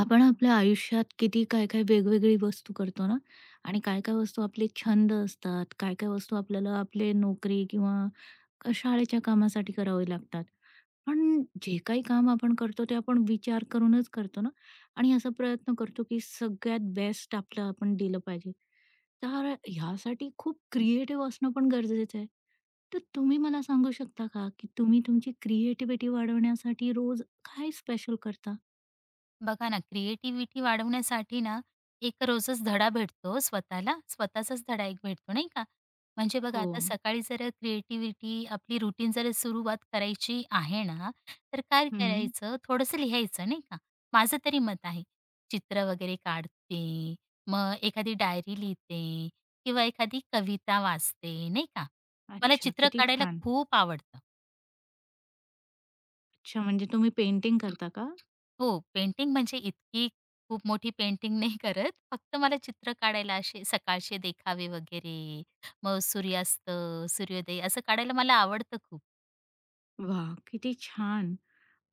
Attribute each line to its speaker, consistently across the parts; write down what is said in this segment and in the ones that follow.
Speaker 1: आपण आपल्या आयुष्यात किती काय काय वेगवेगळी वस्तू करतो ना आणि काय काय वस्तू आपले छंद असतात काय काय वस्तू आपल्याला आपले नोकरी किंवा शाळेच्या कामासाठी करावे लागतात. पण जे काही काम आपण करतो ते आपण विचार करूनच करतो ना आणि असा प्रयत्न करतो की सगळ्यात बेस्ट आपलं आपण दिलं पाहिजे. तर ह्यासाठी खूप क्रिएटिव्ह असणं पण गरजेचं आहे. तर तुम्ही मला सांगू शकता का की तुम्ही तुमची क्रिएटिव्हिटी वाढवण्यासाठी रोज काय स्पेशल करता?
Speaker 2: बघा ना, क्रिएटिव्हिटी वाढवण्यासाठी ना, एक रोजच धडा भेटतो स्वतःला. स्वतःचाच धडा एक भेटतो, नाही का? म्हणजे बघा
Speaker 1: हो.
Speaker 2: आता सकाळी जर क्रिएटिव्हिटी आपली रुटीन जर सुरुवात करायची आहे ना, तर काय
Speaker 1: हं.
Speaker 2: करायचं, थोडंसं लिहायचं, नाही का? माझं तरी मत आहे. चित्र वगैरे काढते, मग एखादी डायरी लिहिते किंवा एखादी कविता वाचते, नाही का? मला
Speaker 1: अच्छा,
Speaker 2: चित्र
Speaker 1: किती
Speaker 2: काढायला
Speaker 1: छान!
Speaker 2: खूप आवडतं.
Speaker 1: अच्छा, म्हणजे तुम्ही पेंटिंग करता का?
Speaker 2: हो, पेंटिंग म्हणजे इतकी खूप मोठी पेंटिंग नाही करत. फक्त मला चित्र काढायला असे सकाळचे देखावे वगैरे, मग सूर्यास्त, सूर्योदय असं काढायला मला आवडतं खूप.
Speaker 1: वाह! किती छान!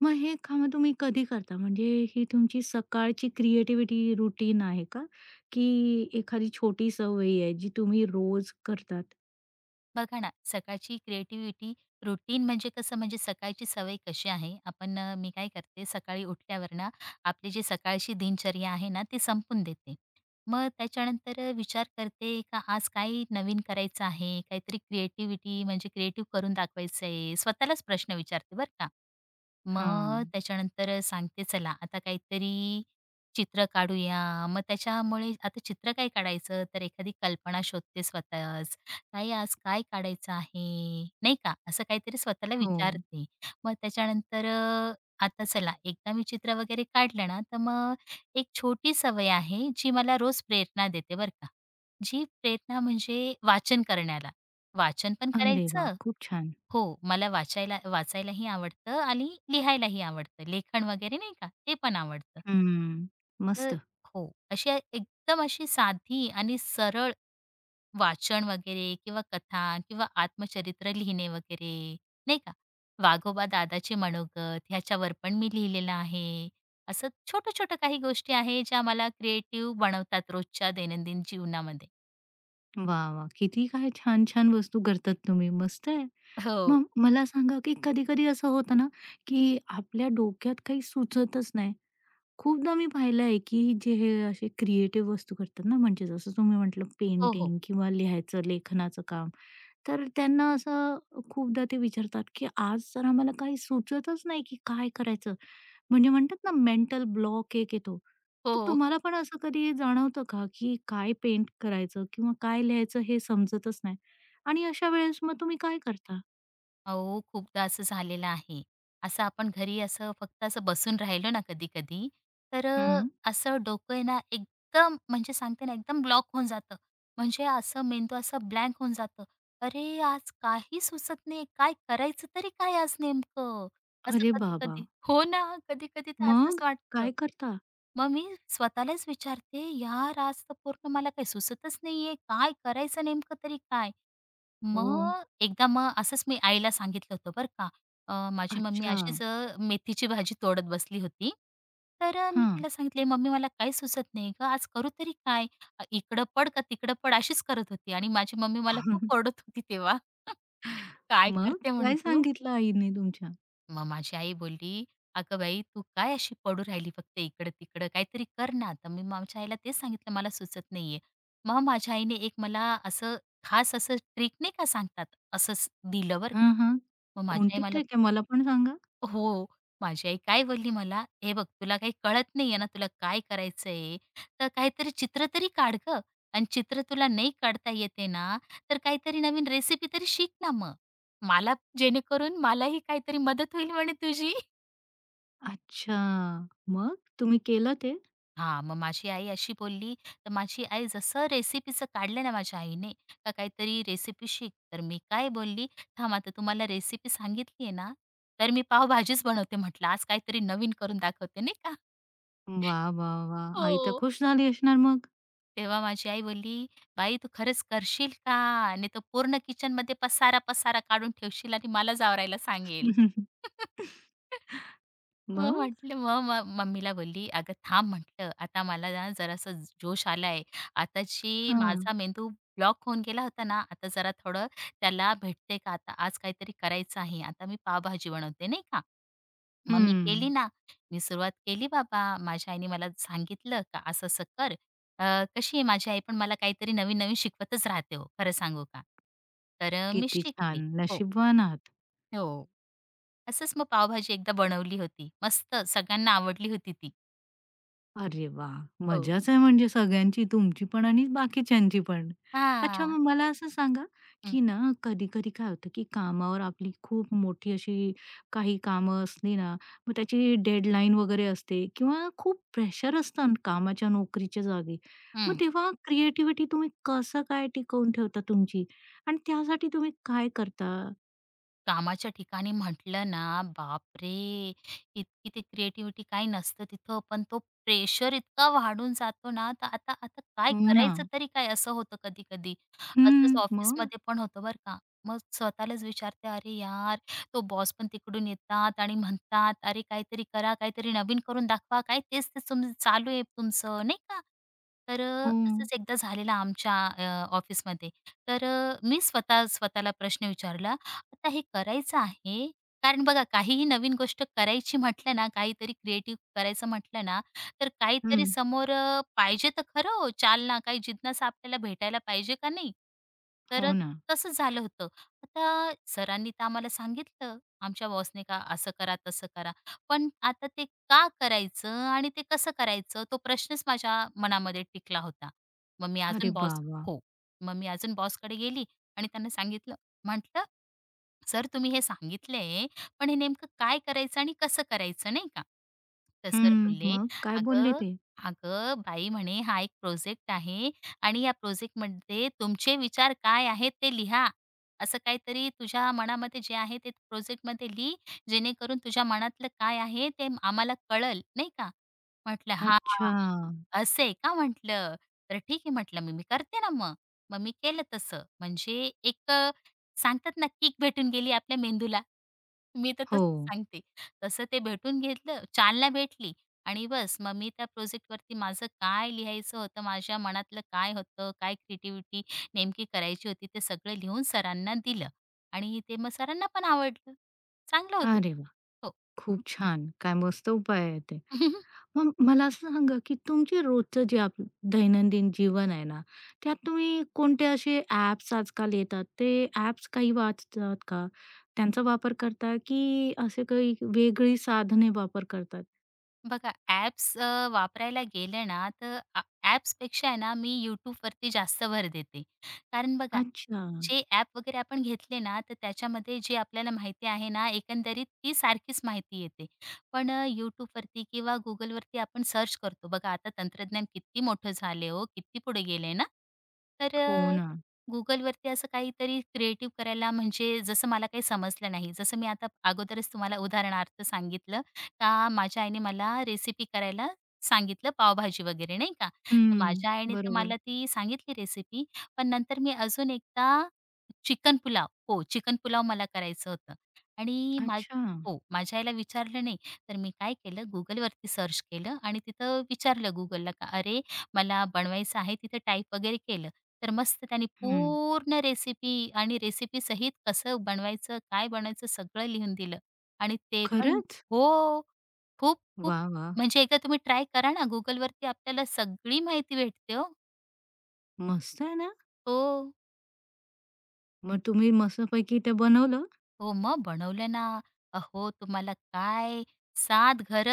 Speaker 1: मग हे कामं तुम्ही कधी करता? म्हणजे ही तुमची सकाळची क्रिएटिव्हिटी रूटीन आहे का? की एखादी छोटी सवयी आहे जी तुम्ही रोज करतात?
Speaker 2: बघा ना, सकाळची क्रिएटिव्हिटी रुटीन म्हणजे कसं म्हणजे सकाळची सवय कशी आहे? आपण मी काय करते सकाळी उठल्यावर ना, आपली जी सकाळची दिनचर्या आहे ना, ती संपून देते. मग त्याच्यानंतर विचार करते का आज काही नवीन करायचं आहे, काहीतरी क्रिएटिव्हिटी म्हणजे क्रिएटिव्ह करून दाखवायचं आहे. स्वतःलाच प्रश्न विचारते बरं का. मग
Speaker 1: हां.
Speaker 2: त्याच्यानंतर सांगते चला आता काहीतरी चित्र काढूया. मग त्याच्यामुळे आता चित्र काय काढायचं, तर एखादी कल्पना शोधते स्वतःच. काय आज काय काढायचं आहे, नाही का? असं काहीतरी स्वतःला
Speaker 1: हो.
Speaker 2: विचारते. मग त्याच्यानंतर आता चला एकदा मी चित्र वगैरे काढलं ना, तर मग एक छोटी सवय आहे जी मला रोज प्रेरणा देते बरं का. जी प्रेरणा म्हणजे वाचन करण्याला. वाचन पण
Speaker 1: अरे वाह!
Speaker 2: करायचं
Speaker 1: खूप छान.
Speaker 2: हो, मला वाचायलाही आवडतं आणि लिहायलाही आवडतं. लेखन वगैरे नाही का, ते पण आवडतं.
Speaker 1: हं. मस्त.
Speaker 2: तर हो, अशी एकदम अशी साधी आणि सरळ वाचन वगैरे किंवा कथा किंवा आत्मचरित्र लिहिणे वगैरे, नाही का. वाघोबा दादाचे मनोगत ह्याच्यावर पण मी लिहिलेलं आहे. असं छोटं-छोटं काही गोष्टी आहे ज्या मला क्रिएटिव्ह बनवतात रोजच्या दैनंदिन जीवनामध्ये.
Speaker 1: वाह, वाह! किती काय छान-छान वस्तू करतात तुम्ही. मस्त आहे.
Speaker 2: हो.
Speaker 1: मग मला सांगा, की कधी-कधी असं होतं ना, की आपल्या डोक्यात काही सुचतच नाही. खूपदा मी पाहिलं आहे, की जे हे असे क्रिएटिव्ह वस्तू करतात ना, म्हणजे जसं तुम्ही म्हटलं
Speaker 2: हो, हो.
Speaker 1: पेंटिंग किंवा लिहायचं, लेखनाचं काम. तर त्यांना असं खूपदा ते विचारतात, की आज तर आम्हाला काही सुचतच नाही, की काय करायचं? म्हणजे म्हणतात ना, मेंटल ब्लॉक एक येतो. तर
Speaker 2: हो.
Speaker 1: तुम्हाला पण असं कधी जाणवतं का, की काय पेंट करायचं किंवा काय लिहायचं हे समजतच नाही? आणि अशा वेळेस मग तुम्ही काय करता?
Speaker 2: अहो, खूपदा असं झालेलं आहे. असं आपण घरी असं फक्त असं बसून राहिलो ना कधी-कधी, तर अ,
Speaker 1: हं.
Speaker 2: असं डोकं आहे ना एकदम म्हणजे सांगते ना एकदम ब्लॉक होऊन जातं. म्हणजे असं मेंदू असा ब्लँक होऊन जातं. अरे, आज काही सुचत नाही. काय करायचं तरी काय आज नेमकं? असं
Speaker 1: अरे बाबा!
Speaker 2: कधी-कधी हो ना, कधी-कधी तर असंच
Speaker 1: मग
Speaker 2: वाटतं.
Speaker 1: काय करता?
Speaker 2: मग मी स्वतःलाच विचारते, "यार, आज तर पूर्ण मला काही सुचतच नाहीये. काय करायचं नेमकं तरी काय?"
Speaker 1: हो.
Speaker 2: मग एकदा मग असंच मी आईला सांगितलं होतं बरं का. माझी मम्मी
Speaker 1: अच्छा.
Speaker 2: अशीच मेथीची भाजी तोडत बसली होती. मी
Speaker 1: हां.
Speaker 2: तिला सांगितले, "मम्मी मला काही सुचत नाही गं, आज करू तरी काय? इकडं पड का तिकडं पड?" अशीच करत होती आणि माझी मम्मी मला खूप ओरडत होती तेव्हा. "काय
Speaker 1: मग
Speaker 2: करते म्हणे
Speaker 1: काय
Speaker 2: तू?"
Speaker 1: सांगितलं आईने तुमच्या?
Speaker 2: मग माझी आई बोलली, "अगं बाई, तू काय अशी पडू राहिली फक्त इकडं-तिकडं, काहीतरी कर ना." तर मी माझ्या आईला तेच सांगितलं, "मला सुचत नाहीये." मग माझ्या आईने एक मला असं खास असं ट्रिक नाही का सांगतात, असंच दिलं बरं
Speaker 1: हां,
Speaker 2: का.
Speaker 1: हां.
Speaker 2: मग माझी आई
Speaker 1: कोणती
Speaker 2: मला
Speaker 1: ट्रिक आहे मला पण सांगा?
Speaker 2: हो, माझी आई काय बोलली मला, "हे बघ, तुला काही कळत नाहीये ना, तुला काय करायचंय, तर काहीतरी चित्र तरी काढ गं आणि चित्र तुला नाही काढता येते ना, तर काहीतरी नवीन रेसिपी तरी शिक ना मग. मला जेणेकरून मलाही काहीतरी मदत होईल म्हणे तुझी."
Speaker 1: अच्छा. मग तुम्ही केलं ते?
Speaker 2: हां, मग माझी आई अशी बोलली, तर माझी आई जसं रेसिपीचं काढलं ना माझ्या आईने, का काहीतरी रेसिपी शिक, तर मी काय बोलली, "थांब आता तुम्हाला रेसिपी सांगितली आहे ना, तर मी पावभाजीच बनवते," म्हटलं, "आज काहीतरी नवीन करून दाखवते," नाही का.
Speaker 1: वा, वा, वाह! आई तर
Speaker 2: हो.
Speaker 1: खुश झाली असणार मग.
Speaker 2: तेव्हा माझी आई बोलली, "बाई तू खरंच करशील का? नाही तर पूर्ण किचनमध्ये पसारा-पसारा काढून ठेवशील आणि मला जावरायला सांगेल." मग
Speaker 1: मग?
Speaker 2: म्हटलं मग मम्मीला बोलली, "अगं थांब" म्हटलं, "आता मला ना जरासा जोश आलाय. आताची जी
Speaker 1: हां.
Speaker 2: माझा मेंदू ब्लॉक होऊन गेला होता ना, आता जरा थोडं त्याला भेटते का आता आज काहीतरी करायचं आहे. आता मी पावभाजी बनवते नाही का." मग मी
Speaker 1: हं.
Speaker 2: केली ना. मी सुरुवात केली बाबा. माझ्या आईने मला सांगितलं का असं-असं कर. कशी आहे माझी आई पण मला काहीतरी नवीन-नवीन शिकवतच राहते हो, खरं सांगू का. मी
Speaker 1: किती छान.
Speaker 2: शिकली. हो.
Speaker 1: नशीबवान आहात.
Speaker 2: हो. असंच मग पावभाजी एकदा बनवली होती. मस्त सगळ्यांना आवडली होती ती.
Speaker 1: अरे वाह!
Speaker 2: हो.
Speaker 1: मजाच आहे म्हणजे सगळ्यांची, तुमची पण आणि बाकीच्यांची पण. अच्छा,
Speaker 2: हां.
Speaker 1: मग मला असं सांगा,
Speaker 2: हं,
Speaker 1: की ना कधी-कधी काय होतं, की कामावर आपली खूप मोठी अशी काही कामं असली ना, मग त्याची डेडलाईन वगैरे असते किंवा खूप प्रेशर असतं न कामाच्या, नोकरीच्या जागी. मग
Speaker 2: हं.
Speaker 1: तेव्हा क्रिएटिव्हिटी तुम्ही कसं काय टिकवून ठेवता तुमची? आणि त्यासाठी तुम्ही काय करता?
Speaker 2: कामाच्या ठिकाणी म्हटलं ना, बापरे! इतकी ते क्रिएटिव्हिटी काही नसतं तिथं, पण तो प्रेशर इतका वाढून जातो ना, तर आता आता काय
Speaker 1: हो ना.
Speaker 2: करायचं तरी काय असं होतं कधी-कधी. असंच
Speaker 1: हं. मग?
Speaker 2: ऑफिसमध्ये पण होतं बरं का. मग स्वतःलाच विचारते, "अरे यार, तो बॉस पण तिकडून येतात आणि म्हणतात, 'अरे काहीतरी करा, काहीतरी नवीन करून दाखवा.' काय तेच ते तुम चालू आहे तुमचं," नाही का?
Speaker 1: हो.
Speaker 2: असंच एकदा झालेलं आमच्या ऑफिसमध्ये. मी स्वतःला प्रश्न विचारला आता हे करायचं आहे. कारण बघा काहीही नवीन गोष्ट करायची म्हटलं ना, काहीतरी क्रिएटिव्ह करायचं म्हटलं ना, तर काहीतरी
Speaker 1: हं.
Speaker 2: समोर पाहिजे तर खरं हो चालना, काही जिज्ञासा आपल्याला भेटायला पाहिजे का नाही? तर
Speaker 1: हो ना.
Speaker 2: तसं झालं होतं. आता सरांनी तर आम्हाला सांगितलं, आमच्या बॉसने का असं करा, तसं करा. पण आता ते का करायचं आणि ते कसं करायचं तो प्रश्नच माझ्या मनामध्ये टिकला होता. मग मी
Speaker 1: अरे
Speaker 2: अजून बॉस
Speaker 1: वाह!
Speaker 2: हो. मग मी अजून बॉसकडे गेली आणि त्यांना सांगितलं म्हटलं, "सर तुम्ही हे सांगितलंय, पण हे नेमकं काय करायचं आणि कसं करायचं?" नाही का. तर सर
Speaker 1: हं,
Speaker 2: बोलले,
Speaker 1: मग काय बोलले
Speaker 2: "अगं,
Speaker 1: ते?
Speaker 2: अगं बाई," म्हणे, "हा एक प्रोजेक्ट आहे आणि या प्रोजेक्टमध्ये तुमचे विचार काय आहेत ते लिहा. असं काहीतरी तुझ्या मनामध्ये जे आहे ते प्रोजेक्टमध्ये लिही, जेणेकरून तुझ्या मनातलं काय आहे ते आम्हाला कळेल." नाही का. म्हटलं, "हां,
Speaker 1: अच्छा.
Speaker 2: असं आहे का?" म्हटलं. "तर ठीक आहे," म्हटलं, "मी मी करते ना मग." मग मी केलं तसं. म्हणजे एक सांगतात ना, किक भेटून गेली आपल्या मेंदूला. मी तर
Speaker 1: हो.
Speaker 2: तसंच सांगते. तसं ते भेटून घेतलं, चालना भेटली आणि बस मग मी त्या प्रोजेक्टवरती माझं काय लिहायचं होतं, माझ्या मनातलं काय होतं, काय क्रिएटिव्हिटी नेमकी करायची होती, ते सगळं लिहून सरांना दिलं आणि ते मग सरांना पण आवडलं. चांगलं होतं.
Speaker 1: अरे वा,
Speaker 2: हो.
Speaker 1: खूप छान. काय मस्त उपाय आहे ते. मग मला असं सांगा, की तुमचे रोजचं जे दैनंदिन जीवन आहे ना, त्यात तुम्ही कोणते असे ॲप्स आजकाल येतात, ते ॲप्स काही वाचतात का? त्यांचा वापर करता, की असे काही वेगळी साधने वापर करतात?
Speaker 2: बघा ॲप्स वापरायला गेलं ना, तर आ ॲप्सपेक्षा आहे ना, मी YouTubeवरती जास्त भर देते. कारण बघा,
Speaker 1: अच्छा.
Speaker 2: जे ॲप वगैरे आपण घेतले ना, तर त्याच्यामध्ये जी आपल्याला माहिती आहे ना, एकंदरीत ती सारखीच माहिती येते. पण YouTubeवरती किंवा Googleवरती आपण सर्च करतो. बघा, आता तंत्रज्ञान किती मोठं झाले हो, किती पुढे गेले ना. तर
Speaker 1: हो
Speaker 2: अ,
Speaker 1: ना.
Speaker 2: Googleवरती असं काहीतरी क्रिएटिव्ह करायला म्हणजे जसं मला काही समजलं नाही. जसं मी आता अगोदरच तुम्हाला उदाहरणार्थ सांगितलं. का माझ्या आईने मला रेसिपी करायला सांगितलं पावभाजी वगैरे नाही का. तर
Speaker 1: हं.
Speaker 2: माझ्या आईने तर
Speaker 1: बरोबर.
Speaker 2: मला ती सांगितली रेसिपी, पण नंतर मी अजून एकदा चिकन पुलाव हो, चिकन पुलाव मला करायचं होतं आणि मा
Speaker 1: अच्छा.
Speaker 2: हो, माझ्या आईला विचारलं नाही. तर मी काय केलं Googleवरती सर्च केलं आणि तिथं विचारलं Googleला का "अरे, मला बनवायचं आहे." तिथं टाइप वगैरे केलं. तर मस्त त्याने
Speaker 1: हं.
Speaker 2: पूर्ण रेसिपी आणि रेसिपीसहित कसं बनवायचं, काय बनवायचं सगळं लिहून दिलं आणि ते पण
Speaker 1: खरंच?
Speaker 2: हो. खूप-खूप
Speaker 1: वाह! वाह!
Speaker 2: म्हणजे एकदा तुम्ही ट्राय करा ना, Googleवरती आपल्याला सगळी माहिती भेटते हो.
Speaker 1: मस्त आहे ना?
Speaker 2: हो,
Speaker 1: मग तुम्ही मस्तपैकी ते बनवलं.
Speaker 2: हो मग बनवलं ना. अहो, तुम्हाला काय 7 घर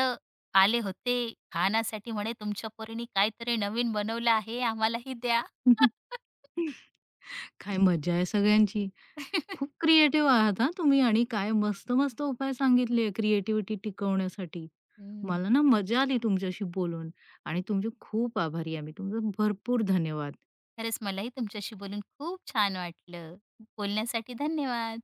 Speaker 2: आले होते खाण्यासाठी म्हणे तुमच्या पोरीने काहीतरी नवीन बनवलं आहे, आम्हालाही द्या.
Speaker 1: काय मजा आहे सगळ्यांची. खूप क्रिएटिव्ह आहात हां तुम्ही आणि काय मस्त-मस्त उपाय सांगितले क्रिएटिव्हिटी टिकवण्यासाठी.
Speaker 2: हं,
Speaker 1: मला ना मजा आली तुमच्याशी बोलून आणि तुमचे खूप आभारी आहे मी. तुमचं भरपूर धन्यवाद.
Speaker 2: खरंच मलाही तुमच्याशी बोलून खूप छान वाटलं. बोलण्यासाठी धन्यवाद.